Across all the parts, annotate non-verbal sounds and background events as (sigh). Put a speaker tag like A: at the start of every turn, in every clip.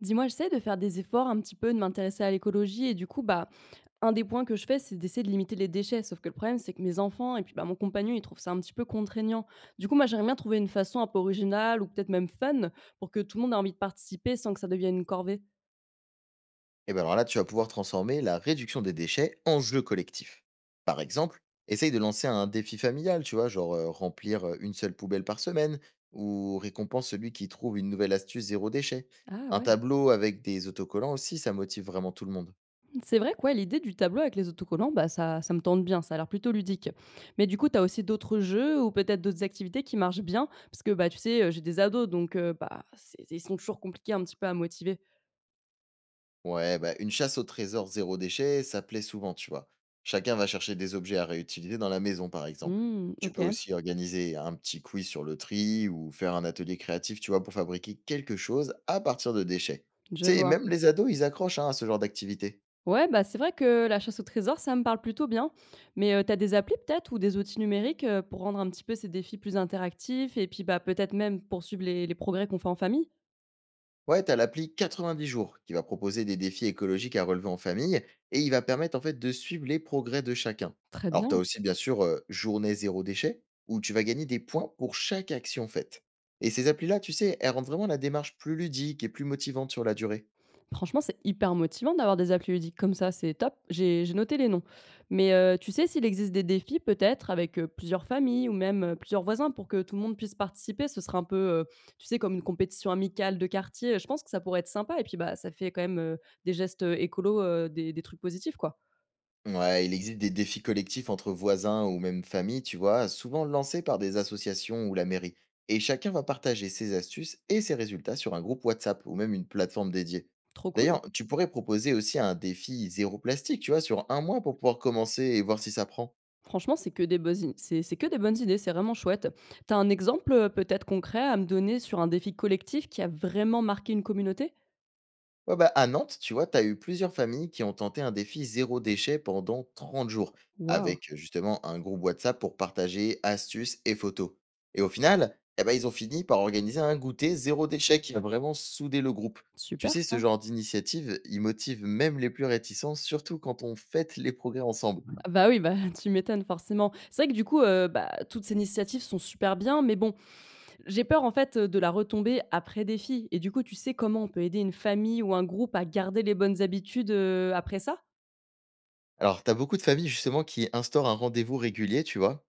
A: Dis-moi, j'essaie de faire des efforts un petit peu, de m'intéresser à l'écologie et du coup, bah, un des points que je fais, c'est d'essayer de limiter les déchets. Sauf que le problème, c'est que mes enfants et puis bah, mon compagnon, ils trouvent ça un petit peu contraignant. Du coup, moi, j'aimerais bien trouver une façon un peu originale ou peut-être même fun pour que tout le monde ait envie de participer sans que ça devienne une corvée.
B: Et bien alors là, tu vas pouvoir transformer la réduction des déchets en jeu collectif. Par exemple, essaye de lancer un défi familial, tu vois, genre remplir une seule poubelle par semaine, ou récompense celui qui trouve une nouvelle astuce zéro déchet.
A: Ah
B: Un
A: ouais.
B: tableau avec des autocollants aussi, ça motive vraiment tout le monde.
A: C'est vrai que ouais, l'idée du tableau avec les autocollants, bah, ça me tente bien, ça a l'air plutôt ludique. Mais du coup, tu as aussi d'autres jeux ou peut-être d'autres activités qui marchent bien, parce que bah, tu sais, j'ai des ados, donc bah, ils sont toujours compliqués un petit peu à motiver.
B: Ouais, bah, une chasse au trésor zéro déchet, ça plaît souvent, tu vois. Chacun va chercher des objets à réutiliser dans la maison, par exemple.
A: Hmm,
B: Tu
A: ok.
B: peux aussi organiser un petit quiz sur le tri ou faire un atelier créatif, tu vois, pour fabriquer quelque chose à partir de déchets.
A: Je
B: Tu sais,
A: vois.
B: même les ados, ils accrochent hein, à ce genre d'activité.
A: Ouais, bah, c'est vrai que la chasse au trésor, ça me parle plutôt bien. Mais tu des applis peut-être ou des outils numériques pour rendre un petit peu ces défis plus interactifs et puis bah, peut-être même poursuivre les progrès qu'on fait en famille.
B: Ouais, tu as l'appli 90 jours qui va proposer des défis écologiques à relever en famille et il va permettre en fait de suivre les progrès de chacun.
A: Très
B: Alors t'as
A: bien.
B: aussi bien sûr Journée zéro déchet où tu vas gagner des points pour chaque action faite. Et ces applis-là, tu sais, elles rendent vraiment la démarche plus ludique et plus motivante sur la durée.
A: Franchement, c'est hyper motivant d'avoir des applis ludiques comme ça, c'est top. J'ai noté les noms. Mais tu sais s'il existe des défis peut-être avec, plusieurs familles ou même, plusieurs voisins pour que tout le monde puisse participer? Ce serait un peu, tu sais comme une compétition amicale de quartier, je pense que ça pourrait être sympa et puis, bah, ça fait quand même, des gestes, écolos, des trucs positifs, quoi.
B: Ouais, il existe des défis collectifs entre voisins ou même familles, tu vois, souvent lancés par des associations ou la mairie. Et chacun va partager ses astuces et ses résultats sur un groupe WhatsApp ou même une plateforme dédiée.
A: Trop cool.
B: D'ailleurs, tu pourrais proposer aussi un défi zéro plastique, tu vois, sur un mois pour pouvoir commencer et voir si ça prend.
A: Franchement, c'est que des bonnes idées, c'est vraiment chouette. Tu as un exemple, peut-être concret à me donner sur un défi collectif qui a vraiment marqué une communauté?
B: Ouais, bah, à Nantes, tu vois, tu as eu plusieurs familles qui ont tenté un défi zéro déchet pendant 30 jours,
A: Waouh,
B: avec justement un groupe WhatsApp pour partager astuces et photos. Et au final, eh ben, ils ont fini par organiser un goûter zéro déchet qui a vraiment soudé le groupe. Tu
A: super
B: sais, ce
A: ça!
B: genre d'initiative, il motive même les plus réticents, surtout quand on fête les progrès ensemble.
A: Ah bah oui, bah, (laughs) tu m'étonnes forcément. C'est vrai que du coup, bah, toutes ces initiatives sont super bien, mais bon, j'ai peur en fait, de la retomber après défi et du coup, tu sais comment on peut aider une famille ou un groupe à garder les bonnes habitudes, après ça?
B: Alors, tu as beaucoup de familles justement qui instaurent un rendez-vous régulier, tu vois?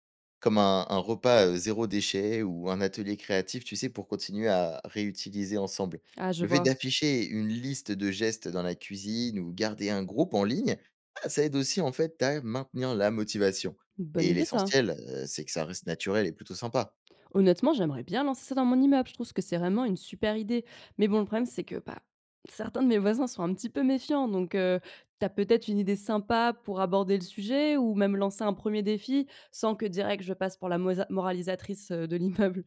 B: Comme un repas, 0 déchet ou un atelier créatif, tu sais, pour continuer à réutiliser ensemble.
A: Ah je
B: Le fait
A: vois.
B: d'afficher une liste de gestes dans la cuisine ou garder un groupe en ligne, bah, ça aide aussi en fait à maintenir la motivation
A: Bonne
B: et
A: idée ça.
B: l'essentiel, c'est que ça reste naturel et plutôt sympa.
A: Honnêtement, j'aimerais bien lancer ça dans mon immeuble, je trouve que c'est vraiment une super idée. Mais bon, le problème c'est que, bah, certains de mes voisins sont un petit peu méfiants donc tu as peut-être une idée sympa pour aborder le sujet ou même lancer un premier défi sans que direct je passe pour la mosa moralisatrice, de l'immeuble?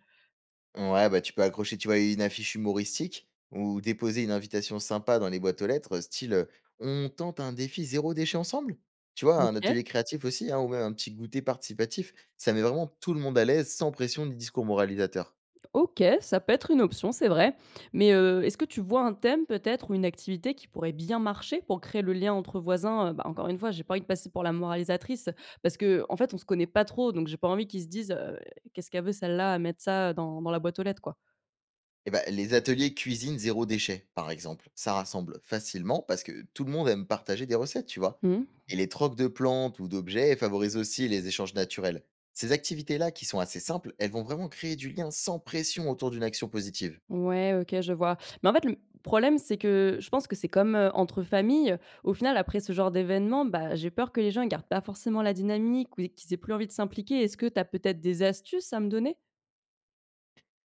B: Ouais, bah, tu peux accrocher, tu vois, une affiche humoristique ou déposer une invitation sympa dans les boîtes aux lettres, style on tente un défi zéro déchet ensemble. Tu vois, un
A: OK.
B: atelier créatif aussi, hein, ou même un petit goûter participatif, ça met vraiment tout le monde à l'aise sans pression ni discours moralisateur.
A: OK, ça peut être une option, c'est vrai. Mais, est-ce que tu vois un thème peut-être ou une activité qui pourrait bien marcher pour créer le lien entre voisins? Bah, encore une fois, j'ai pas envie de passer pour la moralisatrice parce que en fait, on se connaît pas trop, donc j'ai pas envie qu'ils se disent: qu'est-ce qu'elle veut celle-là à mettre ça dans dans la boîte aux lettres, quoi?»
B: Et ben les ateliers cuisine zéro déchet, par exemple, ça rassemble facilement parce que tout le monde aime partager des recettes, tu vois.
A: Mmh.
B: Et les trocs de plantes ou d'objets favorisent aussi les échanges naturels. Ces activités-là, qui sont assez simples, elles vont vraiment créer du lien sans pression autour d'une action positive.
A: Ouais, OK, je vois. Mais en fait, le problème, c'est que je pense que c'est comme, entre familles. Au final, après ce genre d'événement, bah, j'ai peur que les gens ils gardent pas forcément la dynamique ou qu'ils aient plus envie de s'impliquer. Est-ce que tu as peut-être des astuces à me donner?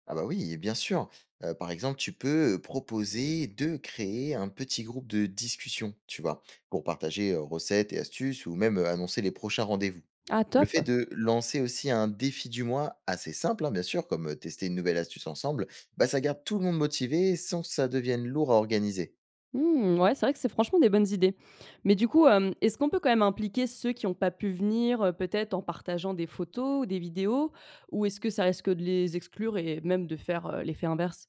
B: Ah bah oui, bien sûr. Par exemple, tu peux proposer de créer un petit groupe de discussion, tu vois, pour partager recettes et astuces ou même annoncer les prochains rendez-vous.
A: Ah,
B: Le fait
A: top!
B: de lancer aussi un défi du mois assez simple, hein, bien sûr, comme tester une nouvelle astuce ensemble, bah ça garde tout le monde motivé sans que ça devienne lourd à organiser.
A: Mmh, ouais, c'est vrai que c'est franchement des bonnes idées. Mais du coup, hem, est-ce qu'on peut quand même impliquer ceux qui ont pas pu venir, peut-être en partageant des photos ou des vidéos? Ou est-ce que ça risque de les exclure et même de faire, l'effet inverse?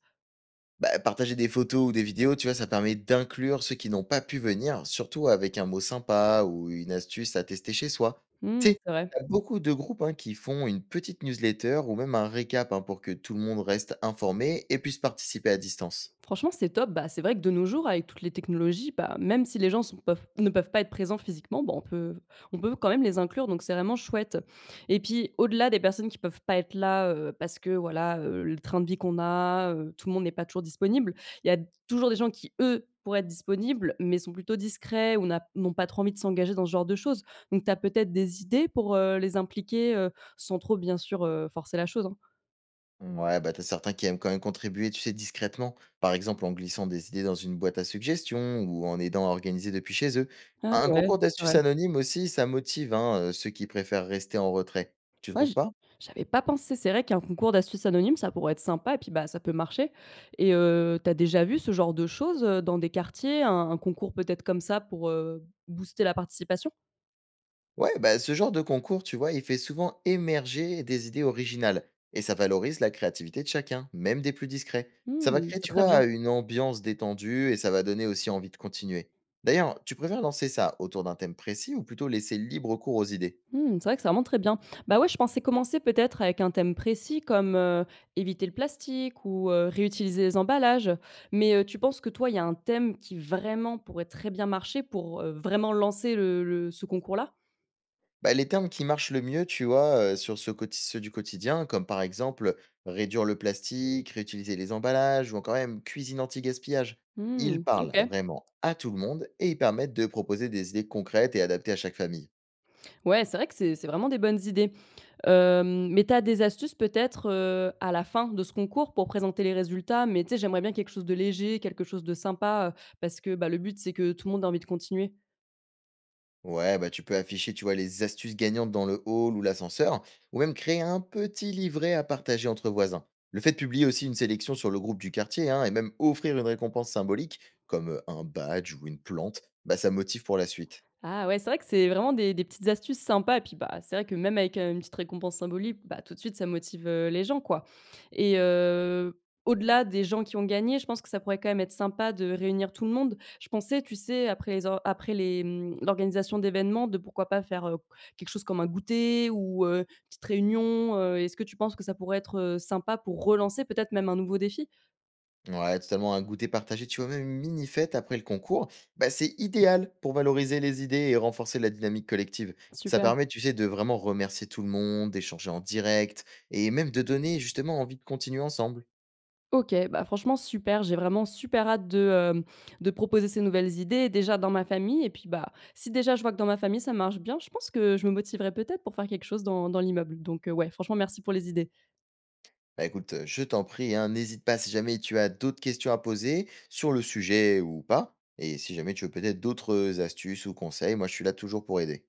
B: Bah, partager des photos ou des vidéos, tu vois, ça permet d'inclure ceux qui n'ont pas pu venir, surtout avec un mot sympa ou une astuce à tester chez soi. Tu
A: Mmh,
B: sais,
A: c'est vrai.
B: t'as beaucoup de groupes hein, qui font une petite newsletter ou même un récap hein, pour que tout le monde reste informé et puisse participer à distance.
A: Franchement, c'est top. Bah, c'est vrai que de nos jours, avec toutes les technologies, bah, même si les gens sont peuvent ne peuvent pas être présents physiquement, bah, on peut quand même les inclure, donc c'est vraiment chouette et puis, au-delà des personnes qui peuvent pas être là, parce que voilà, le train de vie qu'on a, tout le monde n'est pas toujours disponible. Il y a toujours des gens qui, eux, pourraient être disponibles, mais sont plutôt discrets ou n'ont pas trop envie de s'engager dans ce genre de choses. Donc tu as peut-être des idées pour, les impliquer, sans trop bien sûr, forcer la chose, hein?
B: Ouais, bah t'as certains qui aiment quand même contribuer, tu sais, discrètement. Par exemple, en glissant des idées dans une boîte à suggestions ou en aidant à organiser depuis chez eux.
A: Ah
B: Un
A: ouais,
B: concours
A: c'est
B: d'astuces
A: vrai.
B: anonyme aussi, ça motive hein, ceux qui préfèrent rester en retrait. Tu
A: Ouais,
B: trouves pas?
A: j'avais pas pensé. C'est vrai qu'un concours d'astuces anonymes, ça pourrait être sympa et puis, bah, ça peut marcher et tu as déjà vu ce genre de choses, dans des quartiers? Un concours peut-être comme ça pour, booster la participation?
B: Ouais, bah, ce genre de concours, tu vois, il fait souvent émerger des idées originales et ça valorise la créativité de chacun, même des plus discrets. Ça va
A: Mmh,
B: créer,
A: c'est
B: tu
A: très bien.
B: vois, une ambiance détendue et ça va donner aussi envie de continuer. D'ailleurs, tu préfères lancer ça autour d'un thème précis ou plutôt laisser libre cours aux idées?
A: Mmh, c'est vrai que c'est vraiment très bien. Bah, ouais, je pensais commencer peut-être avec un thème précis comme, éviter le plastique ou, réutiliser les emballages. Mais, tu penses que toi, il y a un thème qui vraiment pourrait très bien marcher pour, vraiment lancer le ce concours-là?
B: Bah, les termes qui marchent le mieux, tu vois, sur ce quoti ceux du quotidien, comme par exemple, réduire le plastique, réutiliser les emballages ou encore même cuisine anti-gaspillage. Ils
A: Mmh,
B: parlent
A: OK.
B: vraiment à tout le monde et ils permettent de proposer des idées concrètes et adaptées à chaque famille.
A: Ouais, c'est vrai que c'est vraiment des bonnes idées. Hem, mais tu as des astuces peut-être, à la fin de ce concours pour présenter les résultats? Mais tu sais, j'aimerais bien quelque chose de léger, quelque chose de sympa, parce que, bah, le but, c'est que tout le monde a envie de continuer.
B: Ouais, bah, tu peux afficher, tu vois, les astuces gagnantes dans le hall ou l'ascenseur ou même créer un petit livret à partager entre voisins. Le fait de publier aussi une sélection sur le groupe du quartier, hein, et même offrir une récompense symbolique, comme, un badge ou une plante, bah, ça motive pour la suite.
A: Ah ouais, c'est vrai que c'est vraiment des petites astuces sympas et puis, bah, c'est vrai que même avec, une petite récompense symbolique, bah, tout de suite ça motive, les gens, quoi et au-delà des gens qui ont gagné, je pense que ça pourrait quand même être sympa de réunir tout le monde. Je pensais, tu sais, après les, mmh, l'organisation d'événements, de pourquoi pas faire, quelque chose comme un goûter ou, petite réunion, est-ce que tu penses que ça pourrait être, sympa pour relancer peut-être même un nouveau défi?
B: Ouais, totalement un goûter partagé, tu vois, même une mini-fête après le concours, bah, c'est idéal pour valoriser les idées et renforcer la dynamique collective. Ça
A: Super.
B: permet, tu sais, de vraiment remercier tout le monde, d'échanger en direct et même de donner justement envie de continuer ensemble.
A: OK, bah, franchement super, j'ai vraiment super hâte de, hem, de proposer ces nouvelles idées déjà dans ma famille et puis, bah, si déjà je vois que dans ma famille ça marche bien, je pense que je me motiverai peut-être pour faire quelque chose dans dans l'immeuble donc ouais, franchement merci pour les idées.
B: Bah écoute, je t'en prie, hein, n'hésite pas si jamais tu as d'autres questions à poser sur le sujet ou pas. Et si jamais tu veux peut-être d'autres astuces ou conseils, moi je suis là toujours pour aider.